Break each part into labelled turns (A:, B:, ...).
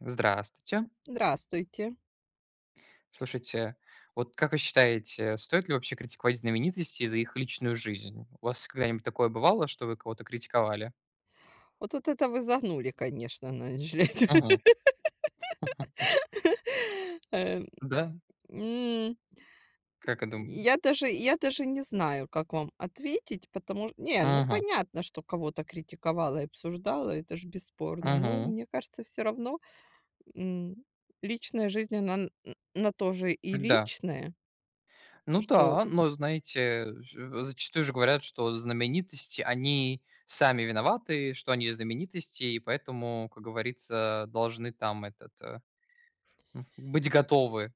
A: Здравствуйте.
B: Здравствуйте.
A: Слушайте, вот как вы считаете, стоит ли вообще критиковать знаменитостей за их личную жизнь? У вас когда-нибудь такое бывало, что вы кого-то критиковали?
B: Вот это вы загнули, конечно, надо жалеть.
A: Мгм.
B: Э,
A: Да?
B: м,
A: Как я думаю.
B: я даже не знаю, как вам ответить, потому что не, ну,
A: Мгм.
B: понятно, что кого-то критиковала и обсуждала, это ж бесспорно, но
A: Мгм.
B: мне кажется, все равно, м, личная жизнь, она н на то же и
A: Да.
B: личная.
A: Ну
B: Что
A: да, но знаете, зачастую же говорят, что знаменитости, они сами виноваты, что они знаменитости, и поэтому, как говорится, должны там ну, быть готовы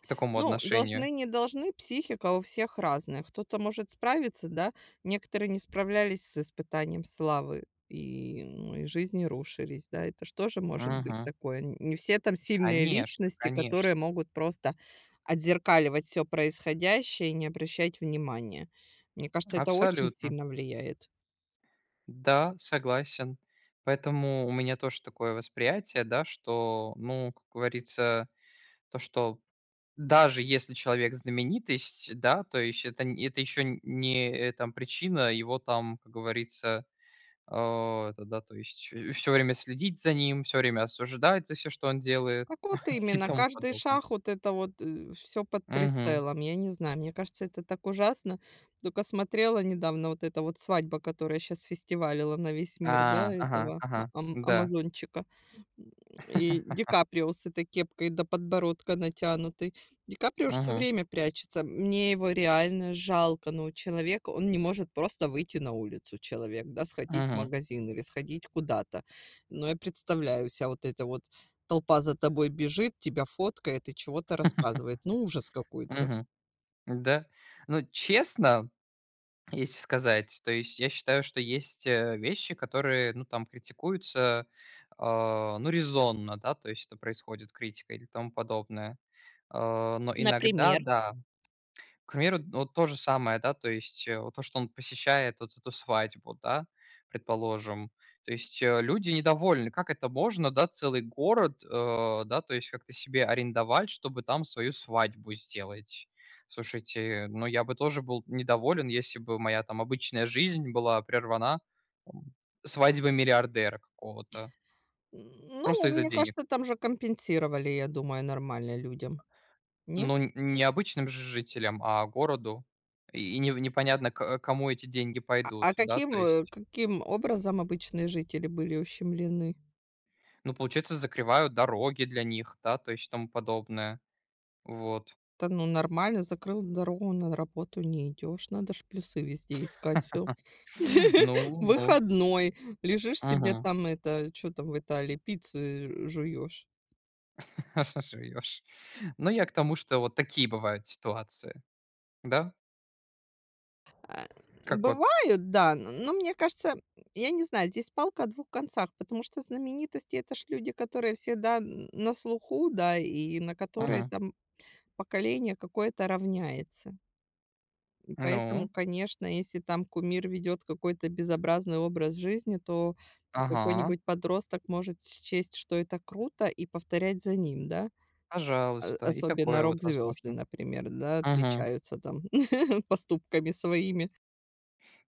A: к такому
B: Ну,
A: отношению.
B: должны, не должны, психика у всех разная. Кто-то может справиться, да, некоторые не справлялись с испытанием славы и, ну, и жизни рушились, да, это что же может быть
A: Мгм.
B: такое. Не все там сильные
A: Конечно,
B: личности,
A: конечно.
B: которые могут просто отзеркаливать все происходящее и не обращать внимания. Мне кажется, это очень
A: Абсолютно.
B: сильно влияет.
A: Да, согласен. Поэтому у меня тоже такое восприятие, да, что, ну, как говорится, то, что даже если человек знаменитость, да, то есть это, это еще не там, причина его там, как говорится, э, это, да, то есть все время следить за ним, все время осуждать за все, что он делает
B: Как вот
A: и
B: именно,
A: тому
B: каждый
A: подобное.
B: шаг вот это вот, все под
A: Угу.
B: прицелом. Я не знаю, мне кажется, это так ужасно. Только смотрела недавно вот эта вот свадьба, которая сейчас фестивалила на весь мир, да,
A: А, ага,
B: этого а
A: ага,
B: ам
A: да.
B: амазончика. И Ди Каприо с этой кепкой до подбородка натянутой. Ди Каприо ж всё
A: Угу,
B: время прячется. Мне его реально жалко, но человек, он не может просто выйти на улицу, человек, да, сходить в
A: угу,
B: магазин или сходить куда-то. Но я представляю ся вот эта вот толпа за тобой бежит, тебя фоткает и чего-то рассказывает. Ну, ужас какой-то.
A: угу, да. Ну, честно, если сказать, то есть я считаю, что есть, вещи, которые, ну, там критикуются, а, ну, резонно, да, то есть это происходит критика или тому подобное. А, но иногда,
B: Например?
A: да, к примеру, вот то же самое, да, то есть, вот то, что он посещает вот эту свадьбу, да, предположим. То есть, люди недовольны, как это можно, да, целый город, да, то есть как-то себе арендовать, чтобы там свою свадьбу сделать. Слушайте, ну я бы тоже был недоволен, если бы моя там обычная жизнь была прервана, м, свадьбой миллиардера какого-то,
B: Ну,
A: просто из-за
B: мне
A: денег.
B: кажется, там же компенсировали, я думаю, нормально людям. Не?
A: Ну, н не обычным ж жителям, а городу. И не непонятно, к кому эти деньги
B: А а
A: пойдут, да,
B: каким,
A: то
B: э,
A: есть,
B: каким образом обычные жители были ущемлены?
A: ну, получается, закрывают дороги для них, да, то есть тому подобное. Вот.
B: Да ну нормально, закрыл дорогу, на работу не идешь. Надо ж плюсы везде искать, все
A: Ну ну.
B: выходной, лежишь себе
A: Мгм.
B: там это, что там в Италии, пиццу, жуешь.
A: Живёшь. Ну, я к тому, что вот такие бывают ситуации, да?
B: А,
A: Как вот.
B: бывают, да, но мне кажется, я не знаю, здесь палка о двух концах, потому что знаменитости- это ж люди, которые всегда н на слуху, да, и на которые
A: Мгм.
B: там поколение какое-то равняется. Поэтому,
A: Ну.
B: конечно, если там кумир ведет какой-то безобразный образ жизни, то
A: Ага.
B: какой-нибудь подросток может счесть, что это круто, и повторять за ним, да? А
A: Пожалуйста. И
B: особенно
A: такое вот
B: рок-звезды,
A: возможно.
B: например, да,
A: Мгм.
B: отличаются там поступками своими.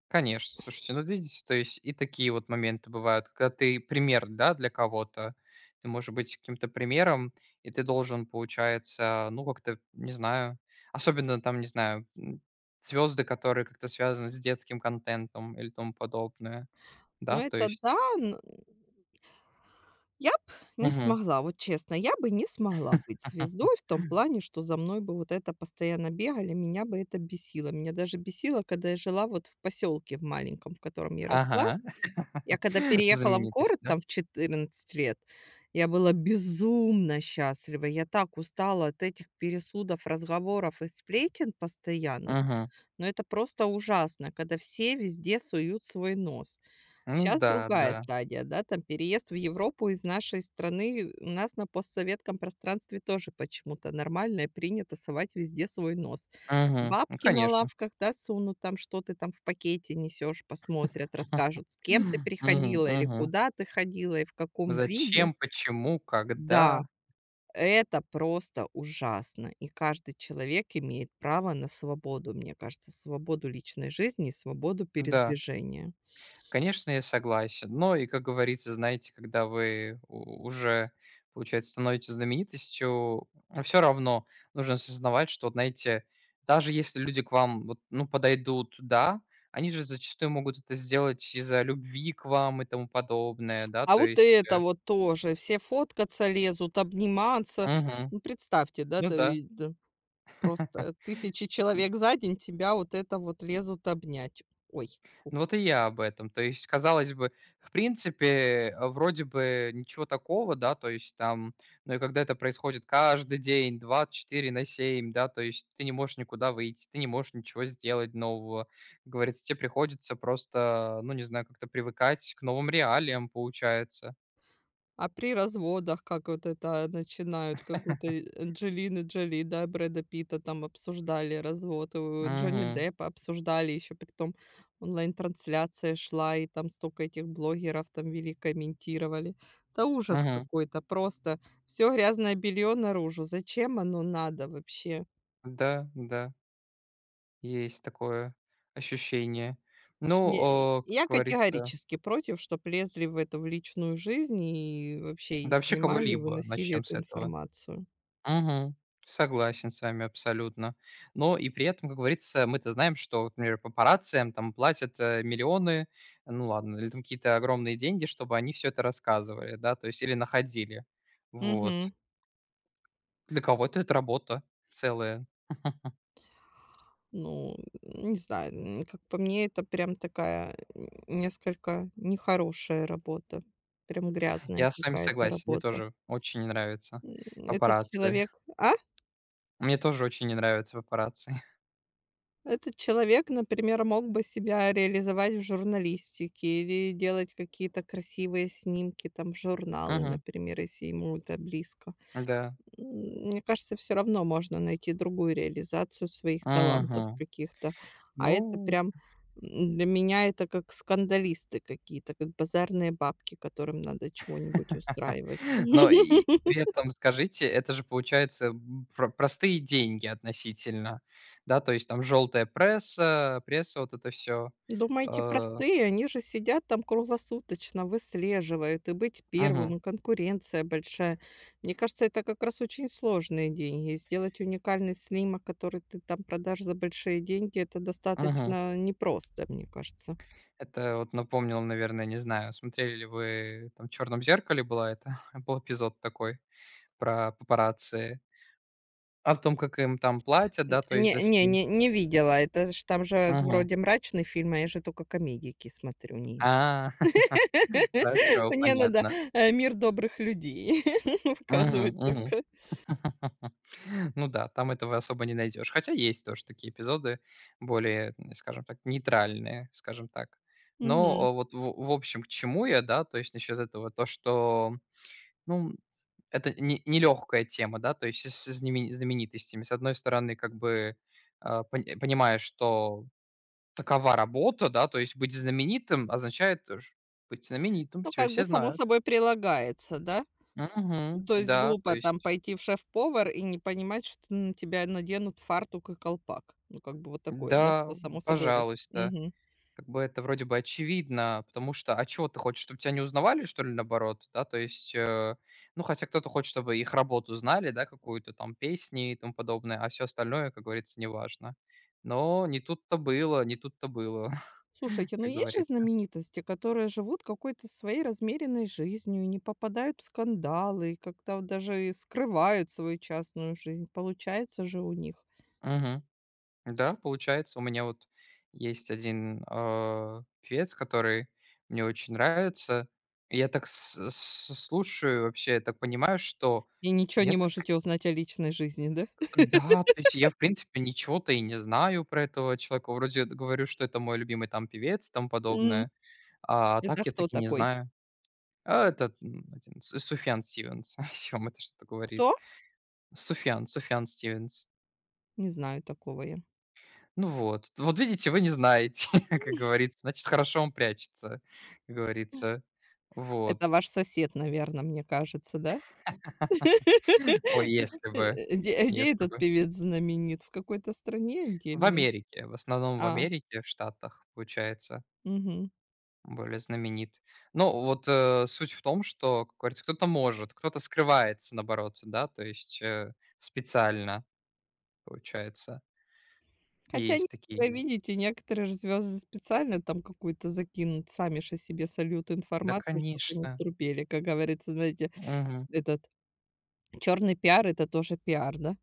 A: Конечно, слушайте, ну, вот видите, то есть и такие вот моменты бывают, когда ты пример, да, для кого-то. Ты можешь быть каким-то примером, и ты должен, получается, ну, как-то, не знаю, особенно там, не знаю, звезды, которые как-то связаны с детским контентом или тому подобное,
B: Но
A: да, то
B: это да,
A: есть.
B: н я б не
A: Мгм.
B: смогла, вот честно, я бы не смогла быть звездой в том плане, что за мной бы вот это постоянно бегали, меня бы это бесило. Меня даже бесило, когда я жила вот в поселке в маленьком, в котором я росла.
A: Ага.
B: Я когда переехала в
A: Знаменитость,
B: город
A: да?
B: там в 14 лет, я была безумно счастлива. Я так устала от этих пересудов, разговоров и сплетен постоянных.
A: Мгм.
B: Но это просто ужасно, когда все везде суют свой нос.
A: Ну
B: Сейчас
A: да,
B: другая
A: да.
B: стадия, да, там переезд в Европу из нашей страны. У нас на постсоветском пространстве тоже почему-то нормально и принято совать везде свой нос.
A: Мгм. Ну,
B: Бабки на
A: конечно.
B: лавках, да, сунут там, что ты там в пакете несешь, посмотрят, расскажут, с кем ты
A: Мгм,
B: приходила или
A: мгм.
B: куда ты ходила и в каком виде.
A: Зачем, почему,
B: Да,
A: когда?
B: это просто ужасно. И каждый человек имеет право на свободу, мне кажется, свободу личной жизни и свободу
A: Да,
B: передвижения.
A: конечно, я согласен. Но и, как говорится, знаете, когда вы уже, получается, становитесь знаменитостью, все равно нужно осознавать, что, вот, знаете, даже если люди к вам вот, ну, подойдут, да, они же зачастую могут это сделать из-за любви к вам и тому подобное, да,
B: А
A: то
B: вот
A: есть...
B: это вот тоже. Все фоткаться лезут, обниматься.
A: Мгм.
B: Ну, представьте, да,
A: Ну да.
B: ты, да, просто тысячи человек за день тебя вот это вот лезут обнять. Ой, фу.
A: Ну, вот и я об этом. То есть, казалось бы, в принципе, вроде бы ничего такого, да, то есть там, но и когда это происходит каждый день, 24/7, да, то есть ты не можешь никуда выйти, ты не можешь ничего сделать нового. Как говорится, тебе приходится просто, ну, не знаю, как-то привыкать к новым реалиям, получается.
B: А при разводах, как вот это начинают, какую-то и Анджелины Джоли, да, Брэда Питта там обсуждали развод, Джонни
A: Угу,
B: Деппа обсуждали, еще при том онлайн-трансляция шла, и там столько этих блогеров там вели, комментировали. Это ужас
A: угу,
B: какой-то, просто все грязное белье наружу. Зачем оно надо вообще?
A: да, да, есть такое ощущение.
B: В общем,
A: Ну, как
B: я
A: говорится,
B: категорически против, чтоб лезли в эту, в личную жизнь и вообще и
A: да вообще
B: снимали, и
A: кого-либо,
B: выносили
A: начнем
B: эту
A: с этого.
B: информацию.
A: Мгм. Согласен с вами абсолютно. Но и при этом, как говорится, мы-то знаем, что, вот, например, папарацци там платят, миллионы, ну ладно, или там какие-то огромные деньги, чтобы они все это рассказывали, да, то есть или находили. Вот.
B: Мгм.
A: Для кого-то это работа целая.
B: Ну, не знаю, как по мне, это прям такая н несколько нехорошая работа, прям грязная
A: Я с вами
B: какая-то
A: согласен, мне
B: работа.
A: тоже очень не нравятся
B: М, этот
A: папарацци.
B: человек, а?
A: Мне тоже очень не нравятся папарацци.
B: Этот человек, например, мог бы себя реализовать в журналистике или делать какие-то красивые снимки там в журналы,
A: Мгм.
B: например, если ему это близко.
A: Да.
B: Мне кажется, все равно можно найти другую реализацию своих талантов
A: Мгм.
B: каких-то. А
A: Ну.
B: это прям, для меня это как скандалисты какие-то, как базарные бабки, которым надо чего-нибудь устраивать.
A: Но и при этом скажите, это же получается, простые деньги относительно, да? То есть там желтая пресса, вот это все.
B: Думаете,
A: Э,
B: простые? Они же сидят там круглосуточно, выслеживают, и быть
A: мгм.
B: первым, и конкуренция большая. Мне кажется, это как раз очень сложные деньги. И сделать уникальный снимок, который ты там продашь за большие деньги, это достаточно непросто, мне кажется.
A: Это вот напомнил, наверное, не знаю, смотрели ли вы, там, в "Черном зеркале" была это был эпизод такой про папарацци, о том, как им там платят,
B: Н
A: да, то есть
B: не
A: за
B: не не
A: снимки.
B: не видела. Это ж там же
A: Мгм.
B: вроде мрачный фильм, а я же только комедийки смотрю. Не.
A: А, хорошо,
B: Мне надо,
A: понятно.
B: "Мир добрых людей" показывать
A: Мгм, мгм.
B: только.
A: Ну да, там этого особо не найдешь. Хотя есть тоже такие эпизоды более, скажем так, нейтральные, скажем так.
B: Мгм.
A: Но, вот в общем, к чему я, да, то есть насчет этого, то, что, ну, это не нелегкая тема, да, то есть с знаменитостями. С одной стороны, как бы, а, понимаешь, что такова работа, да, то есть быть знаменитым означает тоже быть знаменитым,
B: Ну,
A: тебя
B: как бы
A: все
B: само
A: знают.
B: собой прилагается, да?
A: Мгм.
B: То есть
A: Да, то
B: глупо там
A: есть
B: пойти в шеф-повар и не понимать, что на тебя наденут фартук и колпак. Ну, как бы вот такое, да,
A: да,
B: что само собой раз
A: пожалуйста.
B: Мгм.
A: Как бы это вроде бы очевидно, потому что, а чего ты хочешь, чтобы тебя не узнавали, что ли, наоборот, да? То есть, ну, хотя кто-то хочет, чтобы их работу знали, да, какую-то там песни и тому подобное, а все остальное, как говорится, неважно. Но не тут-то было, не тут-то было,
B: Слушайте, ну
A: как
B: есть же
A: говорится.
B: знаменитости, которые живут какой-то своей размеренной жизнью, не попадают в скандалы, и как-то вот даже и скрывают свою частную жизнь. Получается же у них.
A: Мгм. Да, получается, у меня вот есть один певец, который мне очень нравится. И я так слушаю вообще, я так понимаю, что
B: И ничего
A: да я
B: не
A: так
B: можете узнать о личной жизни, да?
A: да, то есть я, в принципе, ничего-то и не знаю про этого человека. Вроде говорю, что это мой любимый там певец и тому
B: М.
A: подобное, а
B: Это
A: так я
B: кто
A: таки не
B: такой?
A: знаю. А, этот, один Су Суфьян Стивенс. Если вам это что-то говорит.
B: Кто?
A: Суфьян Стивенс.
B: Не знаю такого я.
A: Ну вот. Вот видите, вы не знаете, как говорится, значит, хорошо он прячется, как говорится. Вот.
B: Это ваш сосед, наверное, мне кажется, да?
A: Ой, если бы,
B: Где
A: если
B: этот
A: бы.
B: певец знаменит? В какой-то стране
A: В
B: отдельной?
A: Америке, в основном в
B: А,
A: Америке, в Штатах, получается.
B: мгм.
A: Более знаменит. Ну, вот, суть в том, что, как говорится, кто-то может, кто-то скрывается, наоборот, да, то есть, специально, получается.
B: Хотя
A: Есть такие.
B: некоторые, видите, некоторые же звезды специально там какую-то закинут, сами же себе сольют
A: Да,
B: информацию, чтобы о них
A: конечно.
B: трубели. Как говорится, знаете,
A: Мгм.
B: этот черный пиар- это тоже пиар, да?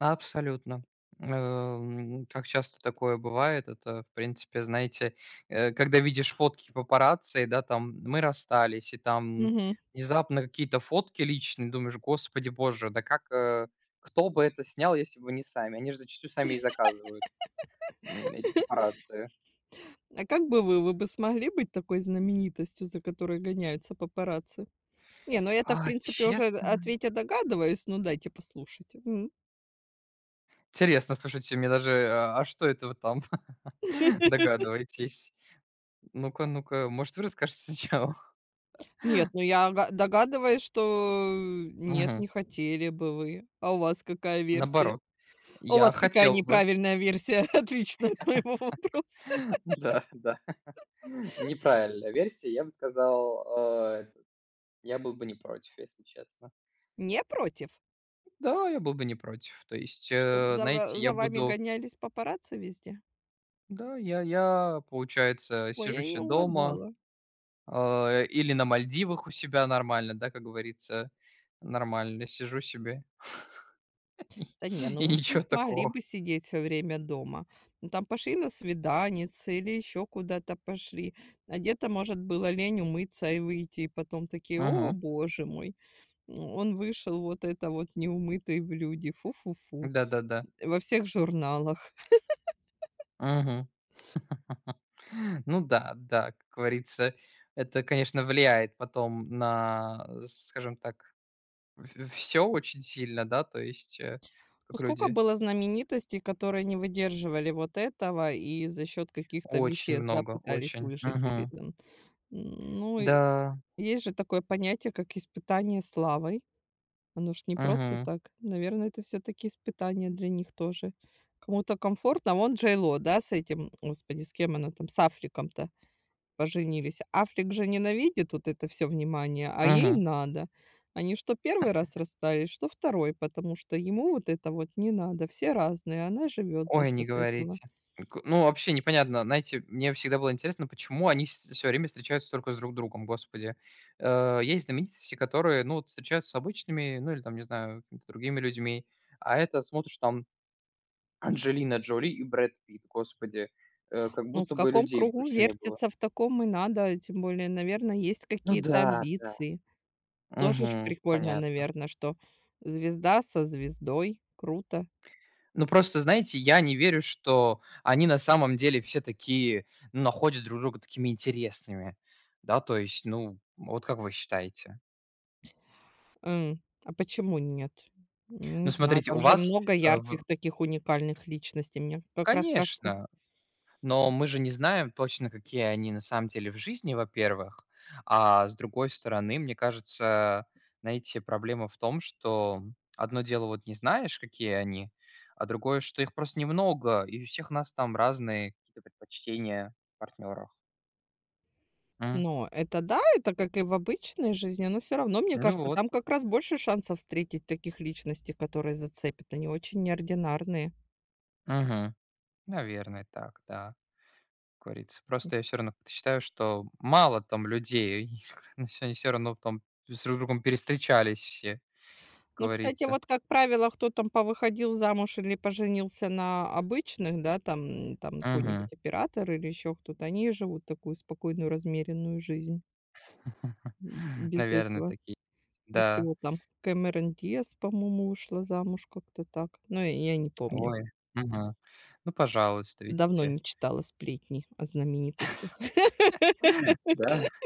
A: Абсолютно. Как часто такое бывает, это, в принципе, знаете, когда видишь фотки папарацци, да, там: "Мы расстались", и там
B: Мгм.
A: внезапно какие-то фотки личные, думаешь: "Господи боже, да как, кто бы это снял, если бы не сами?" Они же зачастую сами и заказывают. Эти папарацци.
B: А как бы вы бы смогли быть такой знаменитостью, за которой гоняются папарацци? Не, ну это в
A: А,
B: принципе, уже
A: честно?
B: ответ догадываюсь, ну дайте послушать. М.
A: Интересно, слушайте, мне даже, а что это вы там догадываетесь? Ну-ка, ну-ка, может, вы расскажете сначала?
B: Нет, ну я догадываюсь, что нет,
A: Мгм.
B: не хотели бы вы. А у вас какая версия?
A: Наоборот,
B: У
A: я
B: вас какая
A: хотел бы.
B: неправильная версия, отличная от моего вопроса.
A: Да, да. Неправильная версия. Я бы сказал, э, я был бы не против, если честно.
B: Не против,
A: Да, я был бы не против. То есть,
B: чтобы за ва
A: знаете,
B: за
A: я
B: вами
A: буду
B: гонялись папарацци везде?
A: да, я, получается,
B: Ой,
A: сижу
B: я не
A: се дома.
B: угадала.
A: А, или на Мальдивах у себя нормально, да, как говорится. Нормально сижу себе
B: Да не, ну
A: и
B: вы б не
A: ничего
B: смогли
A: такого.
B: бы сидеть все время дома. Ну, там пошли на свиданицы или еще куда-то пошли, а где-то, может, было лень умыться и выйти, и потом такие: "О
A: Мгм.
B: боже мой, он вышел вот это вот неумытый в люди, фу-фу-фу".
A: Да-да-да.
B: Во всех журналах.
A: Мгм. Ну да, да, как говорится, это, конечно, влияет потом на, скажем так, все очень сильно, да, то есть,
B: Ну,
A: как
B: сколько
A: люди
B: было знаменитостей, которые не выдерживали вот этого и за счет каких-то
A: очень
B: веществ, да,
A: много,
B: пытались
A: очень.
B: выжить или
A: Мгм.
B: там. Ну, и
A: Да.
B: есть же такое понятие, как испытание славой. Оно ж не просто
A: Мгм.
B: так. Наверное, это все-таки испытание для них тоже. Кому-то комфортно. А вон Джейло, да, с этим, господи, с кем она там, с Африком-то. Поженились. Африк же ненавидит вот это все внимание, а ей надо. Они что первый раз расстались, что второй, потому что ему вот это вот не надо. Все разные, она живет за
A: Ой, не
B: счет этого.
A: говорите. К ну, вообще непонятно, знаете, мне всегда было интересно, почему они все время встречаются только с друг другом, господи. Есть знаменитости, которые, ну, вот встречаются с обычными, ну, или там, не знаю, какими-то другими людьми, а это, смотришь, там Анджелина Джоли и Брэд Питт, господи, как
B: Ну, в
A: будто бы
B: каком
A: людей
B: кругу
A: больше не было.
B: вертится, в таком и надо. А тем более, наверное, есть
A: Ну
B: какие-то
A: да, да.
B: амбиции. Тоже ж
A: Угу,
B: прикольно,
A: понятно.
B: наверное, что звезда со звездой. Круто.
A: Ну, просто, знаете, я не верю, что они на самом деле все такие, ну, находят друг друга такими интересными. Да, то есть, ну, вот как вы считаете?
B: А почему нет? Не
A: Ну,
B: знаю,
A: смотрите,
B: там
A: у
B: же
A: вас,
B: много
A: э, в
B: ярких таких уникальных личностей. Мне как раз кажется.
A: конечно, но мы же не знаем точно, какие они на самом деле в жизни, во-первых. А с другой стороны, мне кажется, знаете, проблема в том, что одно дело, вот не знаешь, какие они, а другое, что их просто немного, и у всех нас там разные какие-то предпочтения в партнерах.
B: Но это да, это как и в обычной жизни, но все равно, мне
A: Ну
B: кажется,
A: вот,
B: там как раз больше шансов встретить таких личностей, которые зацепят. Они очень неординарные.
A: мгм. Наверное, так, да, как говорится. Просто я все равно как-то считаю, что мало там людей, но всё они все равно там с друг другом перестречались все, как
B: Ну, кстати,
A: говорится.
B: вот, как правило, кто там повыходил замуж или поженился на обычных, да, там
A: Мгм.
B: какой-нибудь оператор или еще кто-то, они и живут такую спокойную, размеренную жизнь б без
A: Наверное,
B: этого.
A: такие,
B: Без
A: да.
B: всего там. Кэмерон Диаз, по-моему, вышла замуж как-то так. Но я не помню.
A: Ой, мгм. Ну, пожалуйста,
B: Давно
A: видите?
B: не читала сплетни о знаменитостях.
A: Да,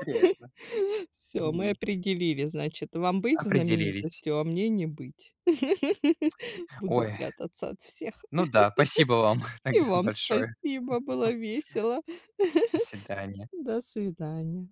A: интересно.
B: Все, мы
A: Мгм.
B: определили, значит, вам быть
A: Определились.
B: знаменитостью, а мне не быть. Буду
A: Ой,
B: прятаться от всех.
A: ну да, спасибо вам
B: И
A: тогда
B: вам
A: большое.
B: спасибо, было весело.
A: До свидания.
B: До свидания.